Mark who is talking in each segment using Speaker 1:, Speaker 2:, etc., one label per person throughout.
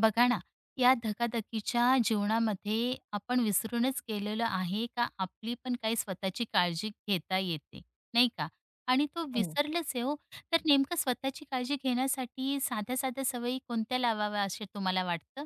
Speaker 1: बघा ना, या धकाधकीच्या जीवनामध्ये आपण विसरूनच गेलेलो आहे का आपली पण काही स्वतःची काळजी घेता येते, नाही का? आणि तो
Speaker 2: हो.
Speaker 1: विसरलंच आहे हो. तर नेमकं स्वतःची काळजी घेण्यासाठी साध्या-साध्या सवयी कोणत्या लावाव्या असे तुम्हाला वाटतं?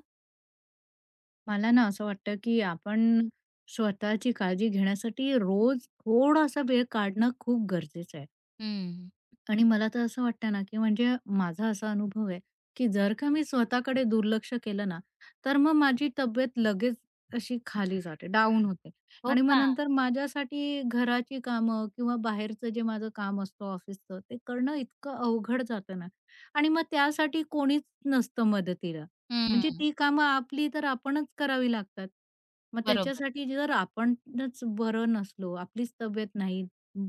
Speaker 2: मला ना असं वाटतं, की आपण स्वतःची काळजी घेण्यासाठी रोज थोडासा वेळ काढणं खूप गरजेचं आहे.
Speaker 1: हं.
Speaker 2: आणि मला तर असं वाटतं ना, की म्हणजे माझा असा अनुभव आहे, की जर का मी स्वतःकडे दुर्लक्ष केलं ना, तर मग माझी तब्येत लगेच अशी खाली जाते, डाउन होते.
Speaker 1: हो
Speaker 2: आणि मग
Speaker 1: का?
Speaker 2: नंतर माझ्यासाठी घराची कामं किंवा बाहेरचं जे माझं काम असतं ऑफिसचं, ते करणं इतकं अवघड जातं ना आणि मग त्यासाठी कोणीच नसतं मदतीला. म्हणजे
Speaker 1: हं.
Speaker 2: ती कामं आपली तर आपणच करावी लागतात. मग
Speaker 1: बरोबर.
Speaker 2: त्याच्यासाठी जर आपणच बरं नसलो, आपलीच तब्येत नाही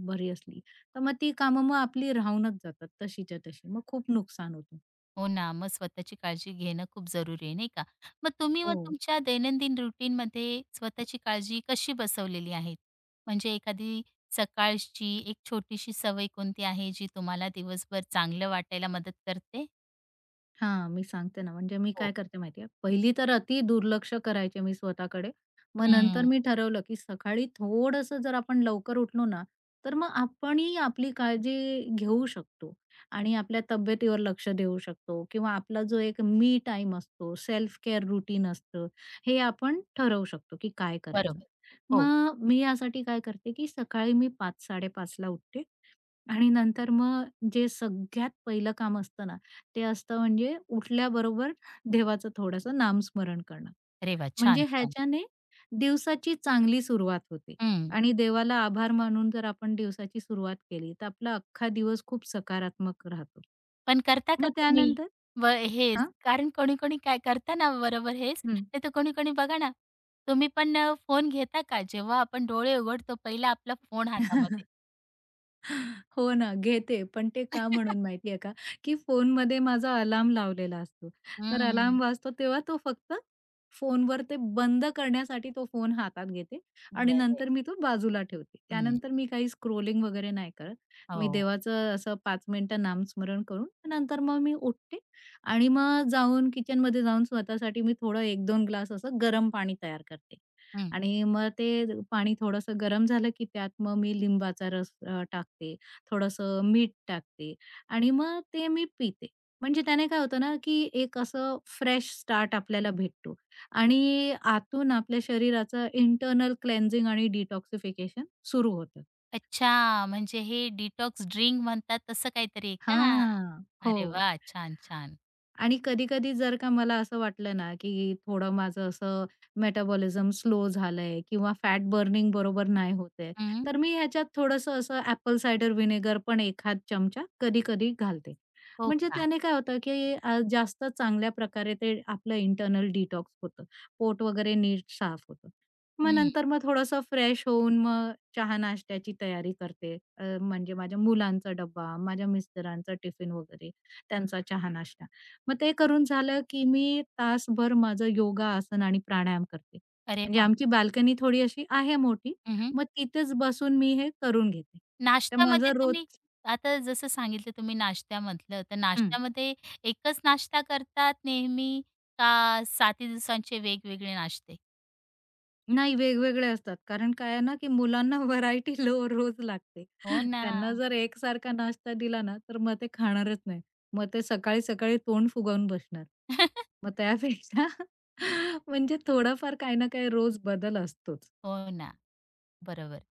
Speaker 2: बरी असली, तर मग ती कामं मग आपली राहूनच जातात तशीच्या तशी. मग खूप नुकसान होतं.
Speaker 1: हो ना, मग स्वतःची काळजी घेणं खूप जरुरी आहे, नाही का? मग
Speaker 2: हो.
Speaker 1: तुमच्या दैनंदिन रुटीनमध्ये स्वतःची काळजी कशी बसवलेली आहे? म्हणजे एखादी सकाळची एक छोटीशी सवय कोणती आहे, जी तुम्हाला दिवसभर चांगलं वाटायला मदत करते?
Speaker 2: हां, मी सांगते ना, म्हणजे मी काय
Speaker 1: हो.
Speaker 2: करते माहिती आहे, पहिली तर अति दुर्लक्ष करायचे मी स्वतःकडे. मग नंतर
Speaker 1: हं.
Speaker 2: मी ठरवलं, की सकाळी थोडंसं जर आपण लवकर उठलो ना, तर मग आपणही आपली काळजी घेऊ शकतो आणि आपल्या तब्येतीवर लक्ष देऊ शकतो किंवा आपला जो एक मी टाईम असतो, सेल्फ केअर रूटीन असतं, हे आपण ठरवू शकतो, की काय करायचं.
Speaker 1: बरोबर. हो.
Speaker 2: मग मी यासाठी काय करते, की सकाळी मी 5:00-5:30 उठते आणि नंतर मग जे सगळ्यात पहिलं काम असतं ना, ते असतं म्हणजे उठल्याबरोबर देवाचं थोडंसं नामस्मरण करणं.
Speaker 1: अरे वाह! छान,
Speaker 2: म्हणजे
Speaker 1: छान.
Speaker 2: ह्याच्याने दिवसाची चांगली सुरुवात होते
Speaker 1: हं.
Speaker 2: आणि देवाला आभार मानून जर आपण दिवसाची सुरुवात केली, तर आपला अख्खा दिवस खूप सकारात्मक राहतो.
Speaker 1: पण करता का
Speaker 2: मग
Speaker 1: तुम्ही?
Speaker 2: त्यानंतर
Speaker 1: व हेच
Speaker 2: हां,
Speaker 1: कारण कोणी-कोणी काय करता ना बरोबर हेच,
Speaker 2: हं.
Speaker 1: नाही तर कोणी-कोणी बघा ना, तुम्ही पण फोन घेता का? जेव्हा आपण डोळे उघडतो पहिला आपला फोन हातामध्ये.
Speaker 2: हो ना, घेते. पण ते का म्हणून माहिती का, की फोनमध्ये माझा अलार्म लावलेला असतो. तर
Speaker 1: हं,
Speaker 2: अलार्म वाजतो तेव्हा तो फक्त फोनवर ते बंद करण्यासाठी तो फोन हातात घेते आणि
Speaker 1: बरं आहे.
Speaker 2: नंतर मी तो बाजूला ठेवते.
Speaker 1: हं,
Speaker 2: त्यानंतर मी काही स्क्रोलिंग वगैरे नाही करत. मी
Speaker 1: हो.
Speaker 2: देवाचं असं 5 मिनिटं नामस्मरण करून नंतर मग मी उठते आणि मग जाऊन किचनमध्ये जाऊन स्वतःसाठी मी थोडं 1-2 ग्लास असं गरम पाणी तयार करते.
Speaker 1: हं.
Speaker 2: आणि मग ते पाणी थोडंसं गरम झालं, की त्यात मग मी लिंबाचा रस टाकते, थोडंसं मीठ टाकते आणि मग ते मी पिते. म्हणजे त्याने काय होतं ना, की एक असं फ्रेश स्टार्ट आपल्याला भेटतो आणि आतून आपल्या शरीराचं इंटरनल क्लेन्झिंग आणि डिटॉक्सिफिकेशन सुरू होतं.
Speaker 1: अच्छा, म्हणजे हे डिटॉक्स ड्रिंक म्हणतात तसं काहीतरी आहे का?
Speaker 2: हां.
Speaker 1: अरे
Speaker 2: हो.
Speaker 1: वा छान, छान.
Speaker 2: आणि कधी-कधी जर का मला असं वाटलं ना, की थोडं माझं असं मेटाबॉलिझम स्लो झालंय किंवा फॅट बर्निंग बरोबर नाही होते आहे,
Speaker 1: हं,
Speaker 2: तर मी ह्याच्यात थोडंसं असं ॲपल सायडर व्हिनेगर पण एखाद चमचा कधी-कधी घालते.
Speaker 1: हो
Speaker 2: म्हणजे
Speaker 1: का?
Speaker 2: त्याने काय होतं, की जास्त चांगल्या प्रकारे ते आपलं इंटर्नल डिटॉक्स होतं. पोट वगैरे नीट साफ होतं. मग
Speaker 1: हं.
Speaker 2: नंतर मग थोडंसं फ्रेश होऊन मग चहा-नाश्त्याची तयारी करते. म्हणजे माझ्या मुलांचा डब्बा, माझ्या मिस्टरांचा टिफिन वगैरे, त्यांचा चहा-नाश्ता. मग ते करून झालं, की मी तासभर माझं योगा, आसन आणि प्राणायाम करते.
Speaker 1: अरे
Speaker 2: म्हणजे
Speaker 1: वा
Speaker 2: आमची बाल्कनी थोडी अशी आहे मोठी.
Speaker 1: हं, हं.
Speaker 2: मग तिथेच बसून मी हे करून घेते. तर
Speaker 1: नाश्त्यामध्ये
Speaker 2: माझं रोज
Speaker 1: तुम्ही आता जसं सांगितलं तुम्ही नाश्ता म्हटलं, तर
Speaker 2: हं.
Speaker 1: नाश्त्यामध्ये एकच नाश्ता करतात नेहमी का 7ही दिवसांचे वेगवेगळे नाश्ते?
Speaker 2: नाही वेगवेगळे असतात. कारण काय आहे ना, की मुलांना व्हरायटी लो रोज लागते.
Speaker 1: हो ना.
Speaker 2: त्यांना जर एकसारखा नाश्ता दिला ना, तर मग ते खाणारच नाही. मग ते सकाळी-सकाळी तोंड फुगवून बसणार. मग त्यापेक्षा म्हणजे थोडाफार काही ना काही रोज बदल असतोच.
Speaker 1: हो ना, बरोबर.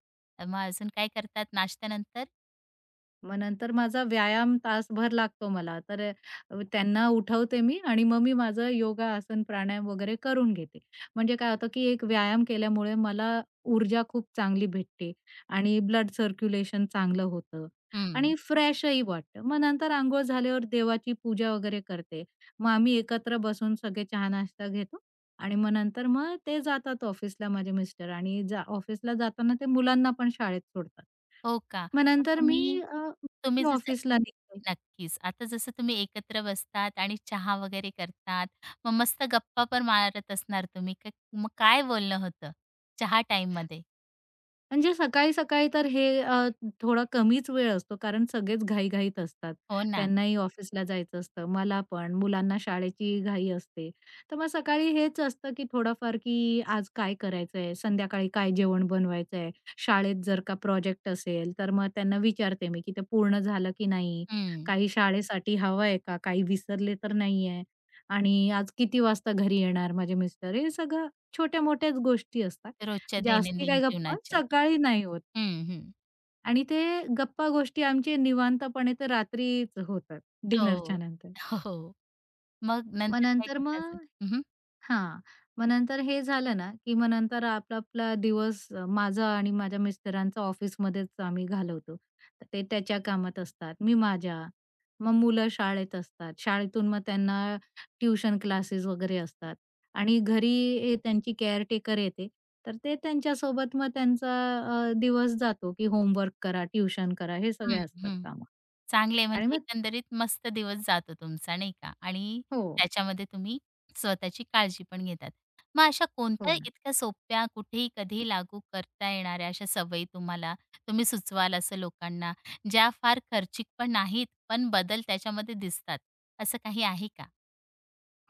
Speaker 1: मग अजून काय करतात नाश्त्यानंतर?
Speaker 2: मग नंतर माझा व्यायाम तासभर लागतो मला. तर त्यांना उठवते मी आणि मग मी माझं योगा, आसन, प्राणायाम वगैरे करून घेते. म्हणजे काय होतं, की एक व्यायाम केल्यामुळे मला ऊर्जा खूप चांगली भेटते आणि ब्लड सर्क्युलेशन चांगलं होतं
Speaker 1: हं.
Speaker 2: आणि फ्रेशही वाटतं. मग नंतर अंघोळ झाल्यावर देवाची पूजा वगैरे करते. मग आम्ही एकत्र बसून सगळे चहा-नाश्ता घेतो आणि मग नंतर मग ते जातात ऑफिसला माझे मिस्टर आणि ऑफिसला जाताना ते मुलांना पण शाळेत सोडतात.
Speaker 1: हो का?
Speaker 2: मग
Speaker 1: मग
Speaker 2: नंतर मी
Speaker 1: तुम्ही तुम्ही
Speaker 2: मी
Speaker 1: जसं
Speaker 2: ऑफिसला निघते.
Speaker 1: नक्कीच. आता जसं तुम्ही एकत्र बसतात आणि चहा वगैरे करतात, मग मस्त गप्पा पण मारत असणार तुम्ही. मग काय बोलणं होतं चहा टाईममध्ये?
Speaker 2: म्हणजे सकाळी-सकाळी तर हे थोडा कमीच वेळ असतो कारण सगळेच घाई-घाईत असतात.
Speaker 1: हो
Speaker 2: हं.
Speaker 1: ना.
Speaker 2: त्यांनाही ऑफिसला जायचं असतं, मला पण, मुलांना शाळेची घाई असते. तर मग सकाळी हेच असतं की थोडंफार की आज काय करायचंय, संध्याकाळी काय जेवण बनवायचंय, शाळेत जर का प्रोजेक्ट असेल तर मग त्यांना विचारते मी की ते पूर्ण झालं की नाही?
Speaker 1: हं.
Speaker 2: काही शाळेसाठी हवं आहे का? काही विसरले तर नाहीये? आणि आज किती वाजता घरी येणार माझे मिस्टर? हे सगळं छोट्या-मोठ्याच गोष्टी असतात.
Speaker 1: रोजच्या
Speaker 2: जास्ती
Speaker 1: दैनंदिन
Speaker 2: काही गप्पा
Speaker 1: जीवनाच्या.
Speaker 2: सकाळी नाही होत
Speaker 1: हं, हं.
Speaker 2: आणि ते गप्पा गोष्टी आमचे निवांतपणे ते रात्रीच होतात
Speaker 1: हो.
Speaker 2: डिनरच्या नंतर.
Speaker 1: हो. हो. मग
Speaker 2: मग
Speaker 1: नंतर काय
Speaker 2: नंतर
Speaker 1: करता अजून?
Speaker 2: मग
Speaker 1: हं, हं.
Speaker 2: हां. मग नंतर हे झालं ना, की मग नंतर आपला-आपला दिवस माझा आणि माझ्या मिस्टरांचा ऑफिसमध्येच आम्ही घालवतो. तर ते त्याच्या कामात असतात, मी माझ्या. मग मुलं शाळेत असतात. शाळेतून मग त्यांना ट्युशन क्लासेस वगैरे असतात आणि घरी त्यांची केअरटेकर येते. तर ते त्यांच्यासोबत मग त्यांचा दिवस जातो, की होमवर्क करा, ट्युशन करा, हे सगळे असतात
Speaker 1: हं,
Speaker 2: कामं
Speaker 1: चांगले
Speaker 2: आणि
Speaker 1: म्हणजे
Speaker 2: मग
Speaker 1: एकंदरीत मस्त दिवस जातो तुमचा नाही का आणि
Speaker 2: हो,
Speaker 1: त्याच्यामध्ये तुम्ही स्वतःची काळजी पण घेतात. मग अशा
Speaker 2: हो.
Speaker 1: कोणत्या इतक्या सोप्या, कुठेही, कधीही लागू करता येणाऱ्या अशा सवयी तुम्ही सुचवाल असं लोकांना, ज्या फार खर्चिक पण नाहीत, पण बदल त्याच्यामध्ये दिसतात, असं काही आहे का?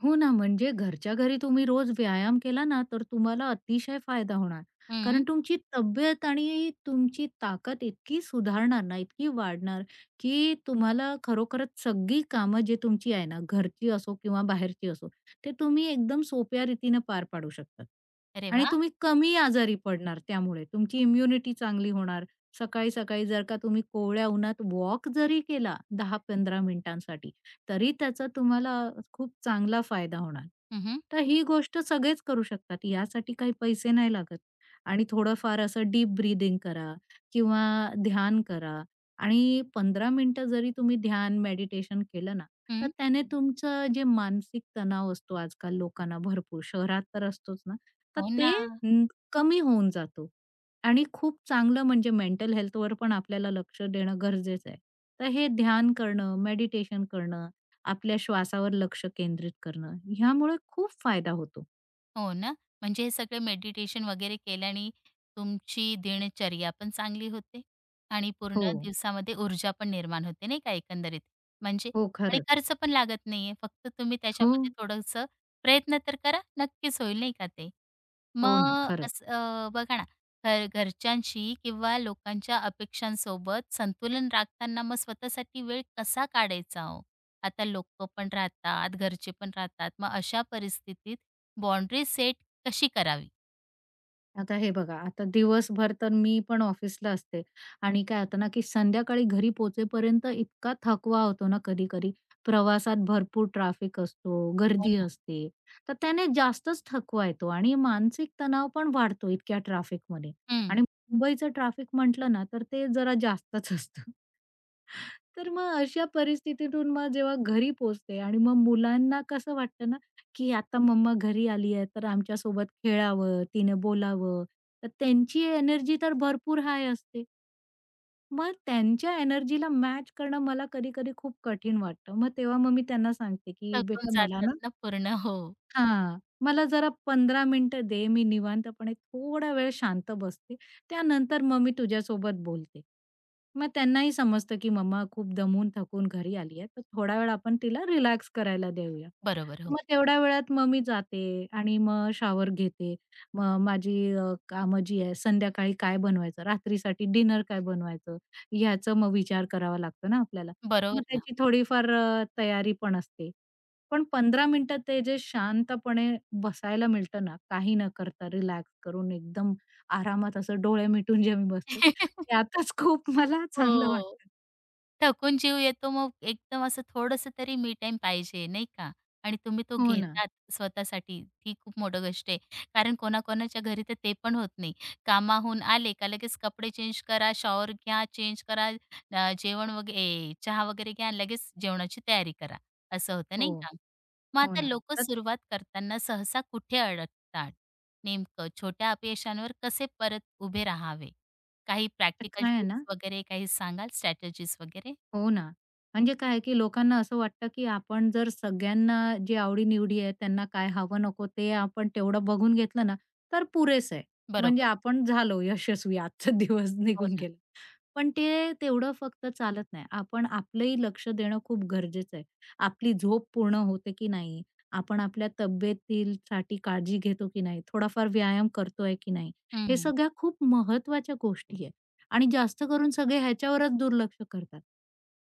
Speaker 2: हो ना, म्हणजे घरच्या घरी तुम्ही रोज व्यायाम केला ना, तर तुम्हाला अतिशय फायदा होणार.
Speaker 1: हं.
Speaker 2: कारण तुमची तब्येत आणि तुमची ताकद इतकी सुधारणार ना, इतकी वाढणार, की तुम्हाला खरोखरच सगळी कामं जी तुमची आहे ना, घरची असो किंवा बाहेरची असो, ते तुम्ही एकदम सोप्या रीतीनं पार पाडू शकतात.
Speaker 1: अरे
Speaker 2: आणि
Speaker 1: वाह!
Speaker 2: तुम्ही कमी आजारी पडणार त्यामुळे. तुमची इम्युनिटी चांगली होणार. सकाळी-सकाळी जर का तुम्ही कोवळ्या उन्हात वॉक जरी केला 10-15 मिनिटांसाठी, तरी त्याचा तुम्हाला खूप चांगला फायदा होणार.
Speaker 1: हं, हं.
Speaker 2: तर ही गोष्ट सगळेच करू शकतात. यासाठी काही पैसे नाही लागत आणि थोडंफार असं डीप ब्रीथिंग करा किंवा ध्यान करा आणि 15 मिनिटं जरी तुम्ही ध्यान, मेडिटेशन केलं ना, तर त्याने तुमचं जे मानसिक तणाव असतो आजकाल लोकांना भरपूर, शहरात तर असतोच ना, तर
Speaker 1: हो
Speaker 2: ते
Speaker 1: ना.
Speaker 2: अं, कमी होऊन जातो आणि खूप चांगलं म्हणजे मेंटल हेल्थवर पण आपल्याला लक्ष देणं गरजेचं आहे. तर हे ध्यान करणं, मेडिटेशन करणं आपल्या श्वासावर लक्ष केंद्रित करणं, ह्यामुळे खूप फायदा होतो.
Speaker 1: हो ना. म्हणजे हे सगळं मेडिटेशन वगैरे केल्याने तुमची दिनचर्या पण चांगली होते आणि
Speaker 2: हो,
Speaker 1: पूर्ण दिवसामध्ये ऊर्जा पण निर्माण होते नाही का एकंदरीत. म्हणजे
Speaker 2: हो,
Speaker 1: आणि
Speaker 2: खरंच.
Speaker 1: खर्च पण लागत नाहीये. फक्त तुम्ही
Speaker 2: हो,
Speaker 1: त्याच्यामध्ये थोडंसं प्रयत्न तर करा, नक्कीच होईल नाही का ते.
Speaker 2: हो ना,
Speaker 1: मग
Speaker 2: खरंच.
Speaker 1: असं बघा ना, घरच्यांशी किंवा लोकांच्या अपेक्षांसोबत संतुलन राखताना मग स्वतःसाठी वेळ कसा काढायचा हो? आता लोकं पण राहतात, घरचे पण राहतात. मग अशा परिस्थितीत बाउंड्री सेट कशी करावी?
Speaker 2: आता हे बघा, आता दिवसभर तर मी पण ऑफिसला असते आणि काय होतं ना, की संध्याकाळी घरी पोहोचेपर्यंत इतका थकवा होतो ना कधी-कधी. प्रवासात भरपूर ट्रॅफिक असतो,
Speaker 1: हो
Speaker 2: गर्दी
Speaker 1: ना.
Speaker 2: असते. तर त्याने जास्तच थकवा येतो आणि मानसिक तणाव पण वाढतो इतक्या ट्रॅफिकमध्ये
Speaker 1: हं.
Speaker 2: आणि मुंबईचं ट्रॅफिक म्हटलं ना, तर ते जरा जास्तच असतं. तर मग अशा परिस्थितीतून मग जेव्हा घरी पोहोचते आणि मग मुलांना कसं वाटतं ना की आता मम्मा घरी आली आहे, तर आमच्यासोबत खेळावं, तिने बोलावं. तर त्यांची एनर्जी तर भरपूर हाय असते. मग त्यांच्या एनर्जीला मॅच करणं मला कधी-कधी खूप कठीण वाटतं. मग तेव्हा मग मी त्यांना सांगते, की
Speaker 1: थकून
Speaker 2: "बेटा मला
Speaker 1: जातात
Speaker 2: ना
Speaker 1: ना पूर्ण. हो.
Speaker 2: हां. मला जरा 15 मिनिटं दे, मी निवांतपणे थोडा वेळ शांत बसते. त्यानंतर मग मी तुझ्यासोबत बोलते. मग त्यांनाही समजतं, की मम्मा खूप दमून थकून घरी आली आहे, तर थोडा वेळ आपण तिला रिलॅक्स करायला देऊया.
Speaker 1: बरोबर. हो.
Speaker 2: मग तेवढ्या वेळात मग मी जाते आणि मग शॉवर घेते. मग माझी कामं जी आहे, संध्याकाळी काय बनवायचं, रात्रीसाठी डिनर काय बनवायचं, ह्याचा मग विचार करावा लागतो ना आपल्याला.
Speaker 1: बरोबर
Speaker 2: मग
Speaker 1: ना.
Speaker 2: त्याची थोडीफार तयारी पण असते. पण 15 मिनिटात ते जे शांतपणे बसायला मिळतं ना, काही न करता रिलॅक्स करून एकदम आरामात असं डोळे मिटून जे मी बसते, त्यातच खूप मला चांगलं
Speaker 1: हो.
Speaker 2: वाटतं.
Speaker 1: थकून जीव येतो, मग एकदम असं थोडंसं तरी मी टाईम पाहिजे, नाही का? आणि तुम्ही तो
Speaker 2: हो ना.
Speaker 1: घेतात स्वतःसाठी, ही खूप मोठी गोष्ट आहे. कारण कोणाकोणाच्या घरी तर ते पण होत नाही. कामाहून आले का लगेच कपडे चेंज करा, शॉवर घ्या, चेंज करा, जेवण वगैरे चहा वगैरे घ्या आणि लगेच जेवणाची तयारी करा, असं होतं,
Speaker 2: हो.
Speaker 1: नाही का? मग
Speaker 2: हो
Speaker 1: आता
Speaker 2: ना.
Speaker 1: हं.
Speaker 2: तर
Speaker 1: सुरुवात करताना सहसा कुठे अडकतात? नेमकं छोट्या अपयशांवर कसे परत उभे राहावे? काही प्रॅक्टिकल
Speaker 2: काय आहे ना.
Speaker 1: टिप्स वगैरे काही सांगाल स्ट्रॅटेजीज वगैरे?
Speaker 2: हो ना. म्हणजे काय आहे, की लोकांना असं वाटतं, की आपण जर सगळ्यांना जे आवडी-निवडी आहे, त्यांना काय हवं नको ते आपण तेवढं बघून घेतलं ना, तर पुरेसं आहे. म्हणजे
Speaker 1: बरोबर.
Speaker 2: आपण झालो यशस्वी, आजचा दिवस
Speaker 1: हो
Speaker 2: निघून
Speaker 1: ना.
Speaker 2: गेला. पण ते तेवढं फक्त चालत नाही. आपण आपलंही लक्ष देणं खूप गरजेचं आहे. आपली झोप पूर्ण होते की नाही? आपण आपल्या तब्येतीसाठी काळजी घेतो की नाही? थोडाफार व्यायाम करतोय की नाही? हे
Speaker 1: हं.
Speaker 2: सगळ्या खूप महत्त्वाच्या गोष्टी आहेत आणि जास्त करून सगळे ह्याच्यावरच दुर्लक्ष करतात.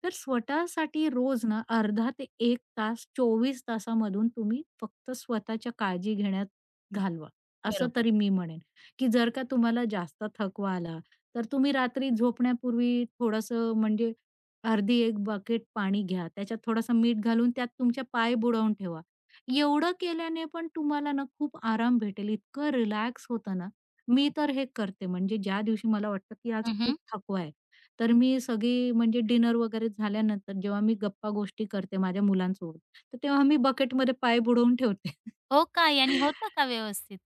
Speaker 2: तर स्वतःसाठी रोज ना अर्धा ते 1 तास 24 तासामधून तुम्ही फक्त स्वतःच्या काळजी घेण्यात घालवा, असं
Speaker 1: बरोबर.
Speaker 2: तरी मी म्हणेन, की जर का तुम्हाला जास्त थकवा आला तर तुम्ही रात्री झोपण्यापूर्वी थोडंसं म्हणजे अर्धी एक बकेट पाणी घ्या. त्याच्यात थोडासा मीठ घालून त्यात तुमच्या पाय बुडवून ठेवा. एवढं केल्याने पण तुम्हाला ना खूप आराम भेटेल. इतकं रिलॅक्स होतं ना. मी तर हे करते म्हणजे ज्या दिवशी मला वाटतं, की आज
Speaker 1: हं,
Speaker 2: खूप थकवा आहे. तर मी सगळी म्हणजे डिनर वगैरे झाल्यानंतर जेव्हा मी गप्पा गोष्टी करते माझ्या मुलांसोबत, तर तेव्हा मी बकेटमध्ये पाय बुडवून ठेवते.
Speaker 1: हो का? यानी होतं का व्यवस्थित?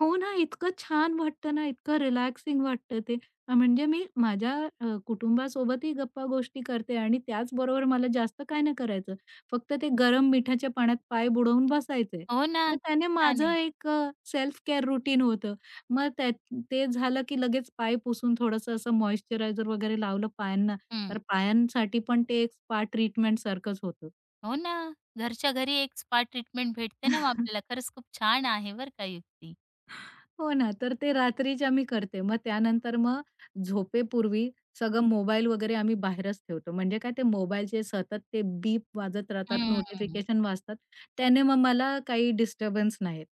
Speaker 2: हो ना, इतकं छान वाटतं ना, इतकं रिलॅक्सिंग वाटतं ते. म्हणजे मी माझ्या कुटुंबासोबतही गप्पा-गोष्टी करते आणि त्याचबरोबर मला जास्त काय नाही करायचं. फक्त ते गरम मिठाच्या पाण्यात पाय बुडवून बसायचंय.
Speaker 1: हो ना.
Speaker 2: मग
Speaker 1: किती
Speaker 2: त्याने
Speaker 1: छान आहे.
Speaker 2: माझं एक सेल्फ केअर रूटीन होतं. मग त्या ते झालं की लगेच पाय पुसून थोडंसं असं मॉइश्चरायझर वगैरे लावलं पायांना,
Speaker 1: हं.
Speaker 2: तर पायांसाठी पण ते एक स्पा ट्रीटमेंट सारखंच होतं.
Speaker 1: हो ना. घरच्या घरी एक स्पा ट्रीटमेंट भेटते ना मग आपल्याला. खरंच खूप छान आहे बरं का युक्ती.
Speaker 2: हो ना, तर ते रात्रीच्या मी करते. मग त्यानंतर मग झोपेपूर्वी सगळं मोबाईल वगैरे आम्ही बाहेरच ठेवतो. म्हणजे काय ते मोबाईलचे सतत ते बीप वाजत राहतात,
Speaker 1: हं.
Speaker 2: नोटिफिकेशन वाजतात. त्याने मग मला काही डिस्टर्बन्स नाही येत.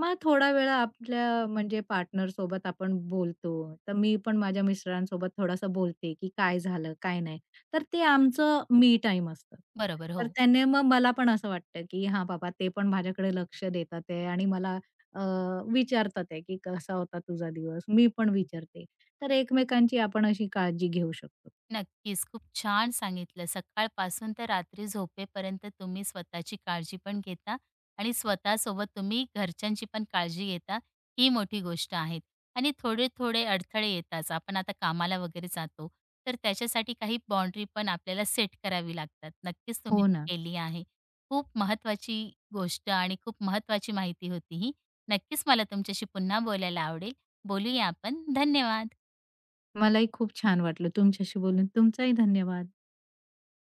Speaker 2: मग थोडा वेळा आपल्या म्हणजे पार्टनरसोबत आपण बोलतो. तर मी पण माझ्या मिस्टरांसोबत थोडासा बोलते, की काय झालं, काय नाही. तर ते आमचं मी टाईम असतं.
Speaker 1: बरोबर.
Speaker 2: तर
Speaker 1: हो.
Speaker 2: त्याने मग मला पण असं वाटतं, की हां बाबा ते पण माझ्याकडे लक्ष देतात आहे आणि मला अ, विचारतात आहे, की "कसा होता तुझा दिवस?" मी पण विचारते. तर एकमेकांची आपण अशी काळजी घेऊ शकतो.
Speaker 1: नक्कीच. खूप छान सांगितलं. सकाळपासून तर रात्री झोपेपर्यंत तुम्ही स्वतःची काळजी पण घेता आणि स्वतःसोबत तुम्ही घरच्यांची पण काळजी घेता, ही मोठी गोष्ट आहे. आणि थोडे-थोडे अडथळे येताच. आपण आता कामाला वगैरे जातो, तर त्याच्यासाठी काही बाउंडरी पण आपल्याला सेट करावी लागतात. नक्कीच तुम्ही
Speaker 2: हो
Speaker 1: ती
Speaker 2: ना.
Speaker 1: केली आहे. खूप महत्त्वाची गोष्ट आणि खूप महत्त्वाची माहिती होती ही. नक्कीच मला तुमच्याशी पुन्हा बोलायला आवडेल. बोलूया आपण. धन्यवाद.
Speaker 2: मलाही खूप छान वाटलं तुमच्याशी बोलून. तुमचाही धन्यवाद.